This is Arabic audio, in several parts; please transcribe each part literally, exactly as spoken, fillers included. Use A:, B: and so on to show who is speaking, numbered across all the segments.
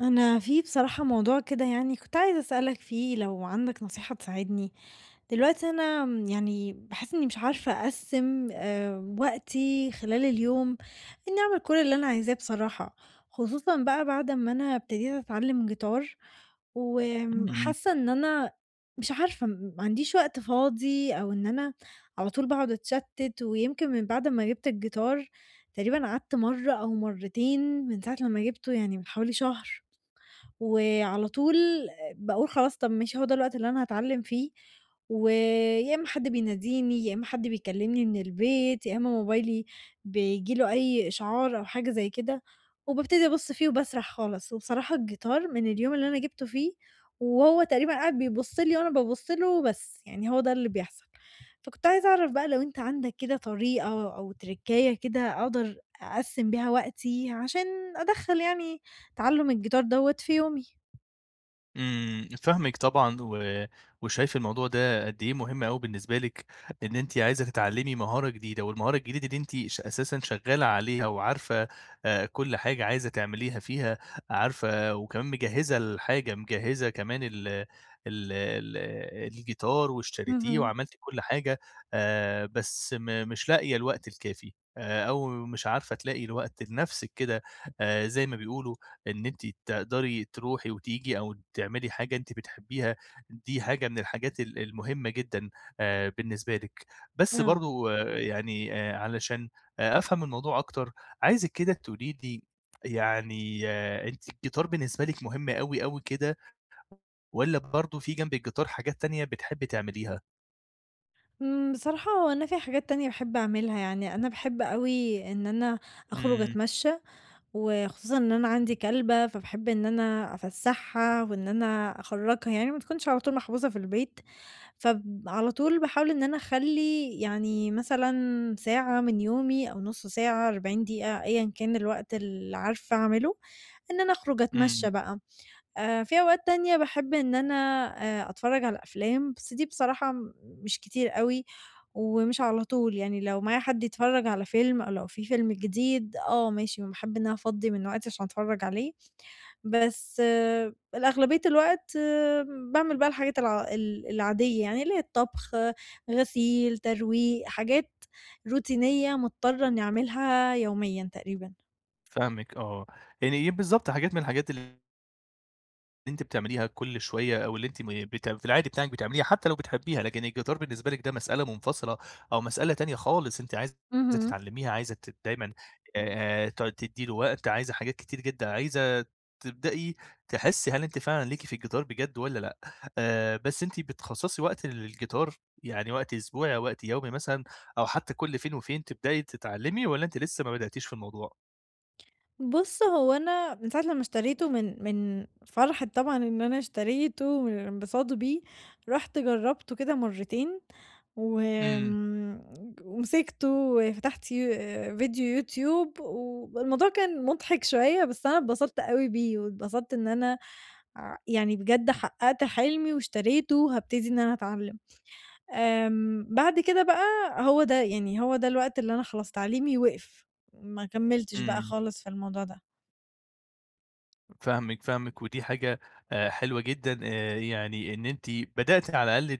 A: أنا في بصراحة موضوع كده يعني كنت عايزة أسألك فيه لو عندك نصيحة تساعدني. دلوقتي أنا م- يعني بحس إني مش عارفة أقسم آه، وقتي خلال اليوم إني أعمل كل اللي أنا عايزاه بصراحة، خصوصا بقى بعد ما أنا ابتديت أتعلم جيتار
B: إمم،
A: وحاسة إن أنا مش عارفة م- ما عنديش وقت فاضي أو إن أنا على طول بقعد أتشتت. ويمكن من بعد ما جبت الجيتار تقريبا قعدت مرة أو مرتين من ساعة لما جبته يعني من حوالي شهر، وعلى طول باقول خلاص طب ماشي هو ده الوقت اللي أنا هاتعلّم فيه، ويا إمّا حد بيناديني، يا إمّا حد بيكلّمني من البيت، يا إمّا موبايلي بييجي له أي إشعار أو حاجة زي كده، وبابتدي أبُص فيه وباسرح خالص. وبصراحة الجيتار من اليوم اللي أنا جِبته فيه وهو تقريبًا قاعد بيبُص لي وأنا بابُص له بس، يعني هو ده اللي بيحصل. فكنت عايزة أعرف بقى لو أنت عندك كده طريقة أو تركاية كده أقدر أقسّم بيها وقتي عشان أدخّل يعني تعلُّم الجيتار دوّة في يومي.
B: إمم، فاهمِك طبعًا و وشايف الموضوع ده قد إيه مهم أوي بالنسبة لِك، إن أنتِ عايزة تتعلمي مهارة جديدة، والمهارة الجديدة دي أنتِ ش أساسًا شغالة عليها وعارفة آآ كل حاجة عايزة تعمليها فيها، عارفة وكمان مجهزة الحاجة، مجهزة كمان ال ال ال الجيتار واشتريتيه
A: اهم،
B: وعملتِ كل حاجة، آآ بس م مش لاقية الوقت الكافي، آآ أو مش عارفة تلاقي الوقت لنفسِك كده آآ زي ما بيقولوا. إن أنتِ تقدري تروحي وتيجي أو تعملي حاجة أنتِ بتحبيها، دي حاجة من الحاجات ال المهمة جدًا آآ بالنسبة لِك. بس
A: آه.
B: برضه يعني آآ علشان آآ أفهم الموضوع أكتر، عايزِك كده تقولي لي يعني آه، أنتِ الجيتار بالنسبة لِك مهم أوي، أوي كده والّا برضه في جنب الجيتار حاجات تانية بتحبي تعمليها؟
A: إمم، بصراحة هو أنا في حاجات تانية باحب أعملها، يعني أنا باحب أوي إن أنا أخرج
B: إمم،
A: أتمشى، وخصوصًا إن أنا عندي كلبة، فباحب إن أنا أفسّحها وإن أنا أخرّجها، يعني ما تكونش على طول محبوسة في البيت، فب على طول باحاول إن أنا أخلّي يعني مثلًا ساعة من يومي أو نُص ساعة، أربعين دقيقة، أيًا كان الوقت اللي عارفة أعمله، إن أنا أخرج أتمشى
B: إمم،
A: بقى. آآ في أوقات تانية باحب إن أنا آآ أتفرّج على أفلام، بس دي بصراحة م مش كتير أوي، ومش على طول، يعني لو معايا حد يتفرّج على فيلم أو لو في فيلم جديد آه ماشي باحب إن أنا أفضّي من وقتي عشان أتفرّج عليه. بس آه، الأغلبية الوقت باعمل بقى الحاجات الع ال العادية يعني اللي هي الطبخ، آه، غسيل، ترويق، حاجات روتينية مضطرة إنّي أعملها يوميًا تقريبًا.
B: فاهمِك آه. يعني بالضبط حاجات من الحاجات ال اللي أنتِ بتعمليها كل شوية أو اللي أنتِ م بت في العادي بتاعِك بتعمليها حتى لو بتحبيها، لكن الجيتار بالنسبة لِك ده مسألة منفصلة أو مسألة تانية خالص أنتِ عايزة
A: اهم.
B: تتعلميها، عايزة ت دايمًا آآ، ت تدّي له وقت، عايزة حاجات كتير جدًا، عايزة تبدئي تحسّي هل أنتِ فعلًا ليكِ في الجيتار بجد والّا لأ، آآ، بس أنتِ بتخصّصي وقت للجيتار، يعني وقت أسبوعي أو وقت يومي مثلًا أو حتى كل فين وفين تبدئي تتعلمي والّا أنتِ لسه ما بدأتيش في الموضوع؟
A: بُص، هو أنا من ساعة لمّا اشتريته من من فرحة طبعًا إن أنا اشتريته من الانبساط بيه، رُحت جرّبته كده مرّتين
B: إمم،
A: وآمم، ومسكته وفتحت يو فيديو يوتيوب والموضوع كان مضحك شوية، بس أنا اتبسطت أوي بيه واتبسطت إن أنا ع يعني بجد حقّقت حلمي واشتريته وهابتدي إن أنا أتعلّم. آمم، بعد كده بقى هو ده، يعني هو ده الوقت اللي أنا خلاص تعليمي وقف، ما كمّلتش بقى
B: إمم.
A: خالص في الموضوع ده.
B: فاهمِك، فاهمِك، ودي حاجة آآ حلوة جدًا آآ يعني إن أنتِ بدأتِ على الأقل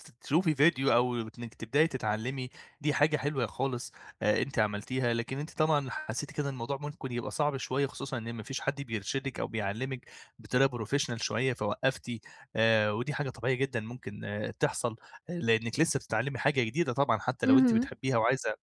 B: ت تشوفي فيديو أو إنِّك تبدئي تتعلّمي، دي حاجة حلوة خالص آآ أنتِ عملتيها، لكن أنتِ طبعًا حسّيتِ كده إن الموضوع ممكن يبقى صعب شوية خصوصًا إن ما فيش حد بيرشدِك أو بيعلّمِك بطريقة professional شوية فوقّفتِ آآ ودي حاجة طبيعية جدًا ممكن آه، تحصل، لإنِّك لسه بتتعلّمي حاجة جديدة طبعًا حتّى لو أنتِ
A: اهم،
B: بتحبيها وعايزة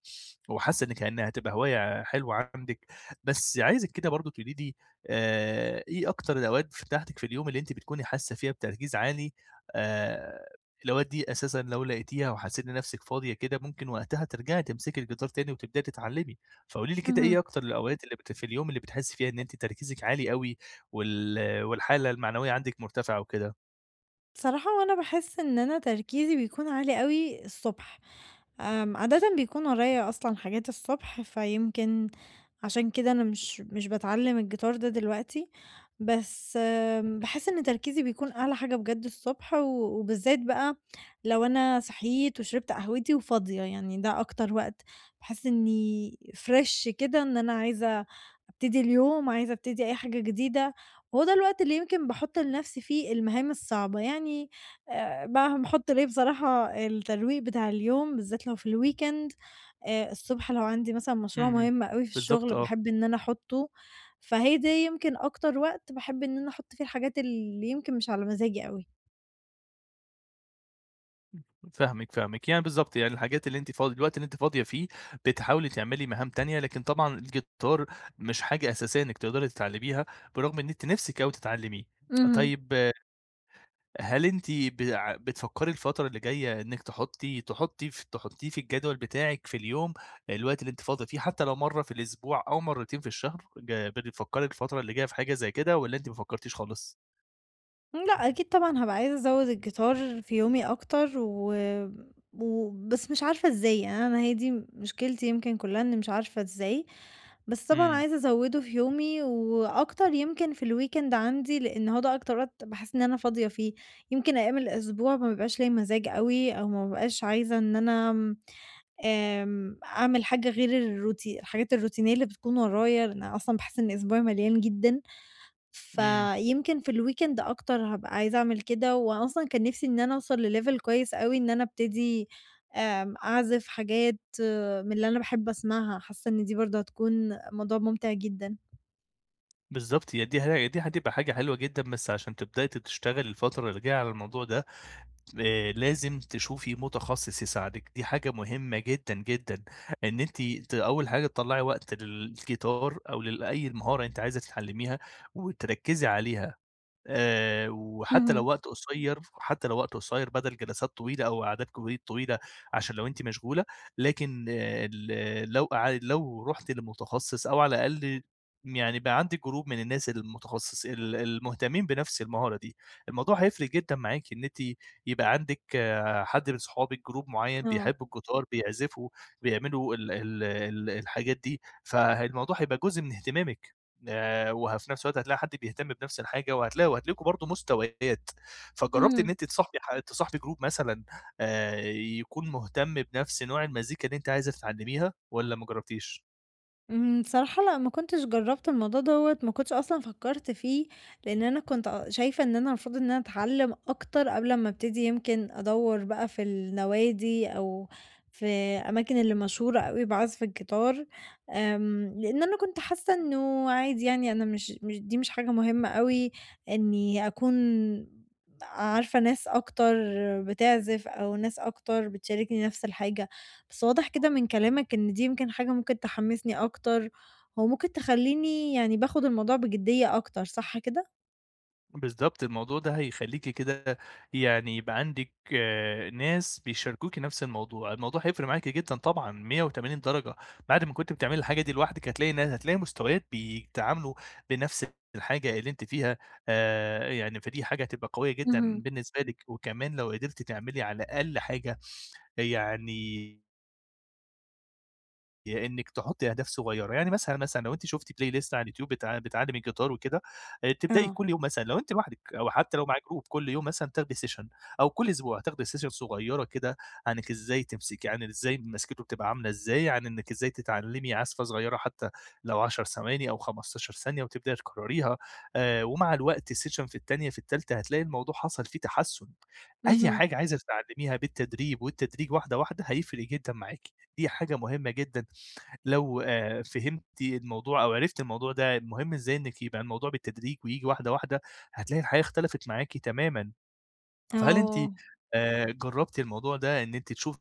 B: وحاسة إن كإنها هتبقى هواية حلوة عندِك، بس عايزِك كده برضه تقولي لي آآ إيه أكتر الأوقات بتاعتِك في اليوم اللي أنتِ بتكوني حاسة فيها بتركيز عالي، آآ الأوقات دي أساسًا لو لقيتيها وحسيتِ ان نفسِك فاضية كده ممكن وقتها ترجعي تمسكي الجيتار تاني وتبدئي تتعلمي، فقولي لي كده إيه
A: اهم.
B: أكتر الأوقات اللي بت في اليوم اللي بتحسي فيها إن أنتِ تركيزِك عالي أوي وال والحالة المعنوية عندِك مرتفعة وكده؟
A: بصراحة هو أنا باحس إن أنا تركيزي بيكون عالي أوي الصبح. آمم، عادةً بيكون ورايا أصلًا حاجات الصبح، فيمكن عشان كده أنا مش مش باتعلم الجيتار ده دلوقتي. بس آمم، باحس إن تركيزي بيكون أعلى حاجة بجد الصبح، و وبالذات بقى لو أنا صحيت وشربت قهوتي وفاضية، يعني ده أكتر وقت باحس إني fresh كده، إن أنا عايزة أبتدي اليوم، عايزة أبتدي أي حاجة جديدة. وهو ده الوقت اللي يمكن باحط لنفسي فيه المهام الصعبة، يعني آآ باعهم حُط ليه بصراحة الترويق بتاع اليوم بالذات لو في الweekend، آآ الصبح لو عندي مثلًا
B: إمم،
A: مشروع
B: إمم.
A: مهم أوي في
B: بالضبط،
A: الشغل
B: آه.
A: باحب إن أنا أحُطّه. فهي دي يمكن أكتر وقت باحب إن أنا أحُط فيه الحاجات اللي يمكن مش على مزاجي أوي.
B: فاهمِك، فاهمِك. يعني بالضبط، يعني الحاجات اللي أنتِ فاضي الوقت اللي أنتِ فاضية فيه بتحاولي تعملي مهام تانية، لكن طبعًا الجيتار مش حاجة أساسية إنِّك تقدري تتعلميها، برغم إن أنتِ نِفْسِك أوي تتعلميه.
A: اهم.
B: طيب هل أنتِ بع بتفكّري الفترة اللي جاية إنِّك تحطّي تحطّيه ف تحطّيه في الجدول بتاعِك في اليوم، الوقت اللي أنتِ فاضية فيه، حتى لو مرّة في الأسبوع أو مرّتين في الشهر، ج بتفكّري الفترة اللي جاية في حاجة زي كده والّا أنتِ ما فكّرتيش خالص؟
A: إمم، لأ أكيد طبعًا هابقى عايزة أزوّد الجيتار في يومي أكتر و و بس مش عارفة إزاي، يعني أنا هي دي مشكلتي يمكن كلّها إني مش عارفة إزاي. بس طبعًا
B: إمم،
A: عايزة أزوّده في يومي وأكتر يمكن في الweekend عندي، لإن هو ده أكتر وقت باحس إن أنا فاضية فيه. يمكن أيام الأسبوع ما بيبقاش ليّا مزاج أوي أو ما بابقاش عايزة إن أنا آمم، آمم، أعمل حاجة غير الروتي الحاجات الروتينية اللي بتكون ورايا، لإن أنا أصلًا باحس إن أسبوعي مليان جدًا.
B: إمم.
A: فيمكن في الweekend أكتر هابقى عايزة أعمل كده، وأصلًا كان نِفْسي إن أنا أوصل لlevel كويس أوي إن أنا أبتدي آمم، أعزف حاجات آه، من اللي أنا باحب أسمعها، حاسة إن دي برضه هتكون موضوع ممتع جدًا.
B: بالضبط، هي دي ه دي هتبقى حاجة حلوة جدًا، بس عشان تبدئي ت تشتغلي الفترة اللي جاية على الموضوع ده، آآ لازم تشوفي متخصص يساعدِك، دي حاجة مهمة جدًا، جدًا، إن أنتِ ت أول حاجة تطلّعي وقت للجيتار أو لل أي مهارة أنتِ عايزة تتعلميها وتركّزي عليها. آآ، وحتى
A: اهم.
B: لو وقت قصير حتى لو وقت قصير بدل جلسات طويلة أو قعدات كوي طويلة عشان لو أنتِ مشغولة، لكن آه، ال لو قع لو رُحتِ لمتخصص أو على الأقل يعني بقى عندِك جروب من الناس المتخصص ال المهتمين بنفس المهارة دي، الموضوع هيفرق جدًا معاكِ إن أنتِ يبقى عندِك آه، حد من صحابِك جروب معيّن
A: آه.
B: بيحبوا الجيتار، بيعزفوا، بيعملوا ال ال ال الحاجات دي، فالموضوع هيبقى جزء من اهتمامِك. وفي نفس الوقت هتلاقي حد بيهتم بنفس الحاجه وهتلاقي وهتلاقوا برضه مستويات فجربت ان
A: اهم.
B: انت تصاحبي ح- تصاحبي جروب مثلا آه، يكون مهتم بنفس نوع المزيكا اللي انت عايزه تتعلميها ولا ما جربتيش؟
A: إمم، بصراحة لأ، ما كنتش جرّبت الموضوع دوّة، ما كنتش أصلًا فكّرت فيه، لإن أنا كنت أ شايفة إن أنا المفروض إن أنا أتعلّم أكتر قبل أمّا أبتدي يمكن أدوّر بقى في النوادي أو في أماكن اللي مشهورة أوي بعزف الجيتار. آمم، لإن أنا كنت حاسة إنه عادي يعني أنا مش مش دي مش حاجة مهمة أوي إني أكون عارفة ناس أكتر بتعزف أو ناس أكتر بتشاركني نفس الحاجة. بس واضح كده من كلامك إن دي يمكن حاجة ممكن تحمّسني أكتر، وممكن تخلّيني يعني باخد الموضوع بجدية أكتر، صح كده؟
B: بالضبط، الموضوع ده هيخلّيكِ كده يعني يبقى عندِك آآ ناس بيشاركوكِ نفس الموضوع، الموضوع هيفرق معاكِ جدًا طبعًا مية وتمانين درجة، بعد ما كنتِ بتعملي الحاجة دي لوحدِك هتلاقي نا هتلاقي مستويات بيتعاملوا بنفس الحاجة اللي أنتِ فيها، آآ يعني فدي حاجة هتبقى قوية
A: اهم.
B: جدًا بالنسبة لِك، وكمان لو قدرتِ تعملي على الأقل حاجة يعني آآ إنِّك تحُطّي أهداف صغيّرة، يعني مثلًا، مثلًا لو أنتِ شُفتِ playlist على اليوتيوب بتع بتعلّم الجيتار وكده، آآ تبدئي
A: آه.
B: كل يوم مثلًا لو أنتِ لوحدِك أو حتى لو مع group كل يوم مثلًا تاخدي session أو كل أسبوع تاخدي session صغيّرة كده عنِّك إزاي تمسكي، عن إزاي مسكته بتبقى عاملة إزاي، عن إنِّك إزاي تتعلّمي عزفة صغيّرة حتى لو عشر ثواني أو خمستاشر ثانية وتبدئي تكرّريها، آآ ومع الوقت الsession في التانية، في التالتة هتلاقي الموضوع حصل فيه تحسُّن. أي
A: اهم.
B: حاجة عايزة تتعلّميها بالتدريب والتدريج واحدة، واحدة هيفرق جدًا معاكِ، دي حاجة مهمة جدًا لو آآ فهمتِ الموضوع أو عرفتِ الموضوع ده مهم إزاي إنِّك يبقى الموضوع بالتدريج وييجي واحدة، واحدة، هتلاقي الحياة اختلفت معاكِ تمامًا. فهل أنتِ
A: آه.
B: آآ جرّبتِ الموضوع ده إن أنتِ تشوفي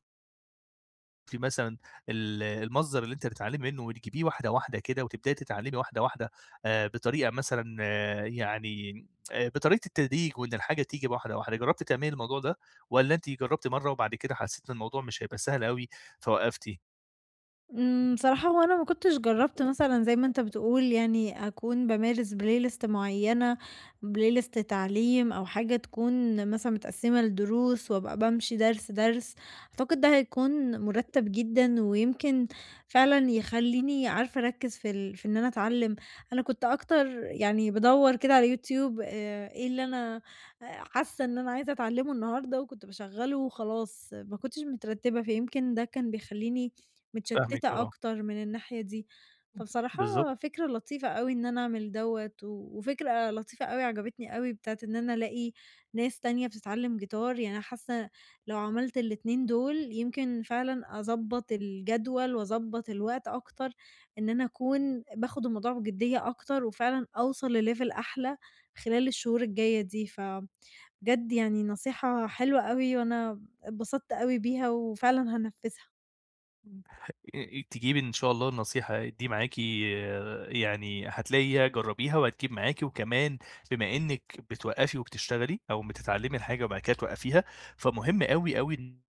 B: مثلًا ال المصدر اللي أنتِ هتتعلّمي منّه وتجيبيه واحدة، واحدة كده وتبدئي تتعلّمي واحدة، واحدة آآ بطريقة مثلًا آه، يعني آآ بطريقة التدريج وإن الحاجة تيجي واحدة، واحدة، جرّبتِ تعملي الموضوع ده والّا أنتِ جرّبتِ مرّة وبعد كده حسّيتِ إن الموضوع مش هيبقى سهل أوي فوقّفتِ؟
A: إمم، بصراحة هو أنا ما كنتش جرّبت مثلًا زي ما أنت بتقول يعني أكون بامارس playlist معيّنة، playlist تعليم أو حاجة تكون مثلًا متقسّمة لدروس وأبقى بامشي درس، درس. أعتقد ده هيكون مُرتّب جدًا ويمكن فعلًا يخلّيني عارفة أركّز في ال في إن أنا أتعلّم. أنا كنت أكتر يعني بادوّر كده على يوتيوب آآ إيه اللي أنا آآ حاسّة إن أنا عايزة أتعلّمه النهارده وكنت باشغّله وخلاص، ما كنتش مترتّبة، فيمكن ده كان بيخلّيني
B: فاهمِك
A: متشتتة
B: آه،
A: أكتر من الناحية دي. فبصراحة
B: بالضبط.
A: فكرة لطيفة أوي إن أنا أعمل دوّة، و وفكرة لطيفة أوي عجبتني أوي بتاعة إن أنا ألاقي ناس تانية بتتعلم جيتار، يعني أنا حاسة لو عملت الاتنين دول يمكن فعلًا أضبّط الجدول وأضبّط الوقت أكتر، إن أنا أكون باخد الموضوع بجدية أكتر، وفعلًا أوصل لlevel أحلى خلال الشهور الجاية دي. ف بجد يعني نصيحة حلوة أوي، وأنا اتبسطت أوي بيها وفعلًا هانفذها.
B: إيه، تجيب إن شاء الله النصيحة دي معاكِ، آآ، يعني هتلاقيها جرّبيها وهتجيب معاكِ، وكمان بما إنِّك بتوقّفي وبتشتغلي أو بتتعلّمي الحاجة وبعد كده توقّفيها، فمهم أوي، أوي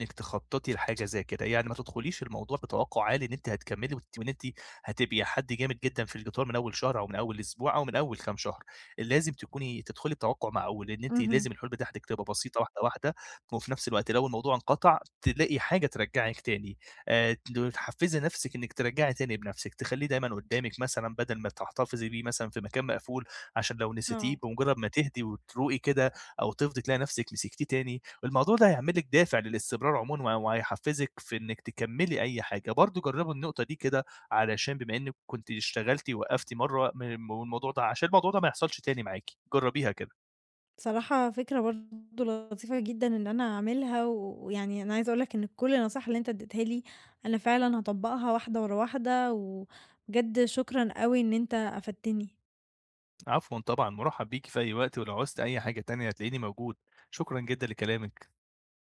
B: إنِّك تخطّطي لحاجة زي كده، يعني ما تدخليش الموضوع بتوقُّع عالي إن أنتِ هتكمّلي وت وإن أنتِ هتبقي حد جامد جدًا في الجيتار من أول شهر أو من أول أسبوع أو من أول كام شهر، لازم تكوني تدخلي بتوقُّع مقبول، إن أنتِ
A: اهم.
B: لازم الحلول بتاعتِك تبقى بسيطة واحدة، واحدة، وفي نفس الوقت لو الموضوع انقطع تلاقي حاجة ترجّعِك تاني، آآ ت تحفّزي نفسِك إنِّك ترجّعي تاني بنفسِك، تخلّيه دايمًا قدّامِك مثلًا بدل ما تحتفظي بيه مثلًا في مكان مقفول عشان لو نسيتيه
A: آه.
B: بمجرّد ما تهدي وتروقي كده أو تفضي تلاقي نفسِك مسكتيه تاني. الموضوع ده هيعمل لِك دافع للاستمرار عمومًا و وهيحفّزِك في إنِّك تكمّلي أي حاجة، برضه جرّبي النقطة دي كده علشان بما إنِّك كنتِ اشتغلتِ ووقّفتِ مرّة م والموضوع ده عشان الموضوع ده ما يحصلش تاني معاكِ، جرّبيها كده.
A: بصراحة فكرة برضه لطيفة جدًا إن أنا أعملها، و- ويعني أنا عايزة أقول لك إن كل النصايح اللي أنت اديتها لي أنا فعلًا هاطبّقها واحدة ورا واحدة، وبجد شكرًا أوي إن أنت أفدتني.
B: عفوًا طبعًا، مُرحّب بيكِ في أي وقت، ولو عُزتِ أي حاجة تانية هتلاقيني موجود. شكرًا جدًا لكلامِك.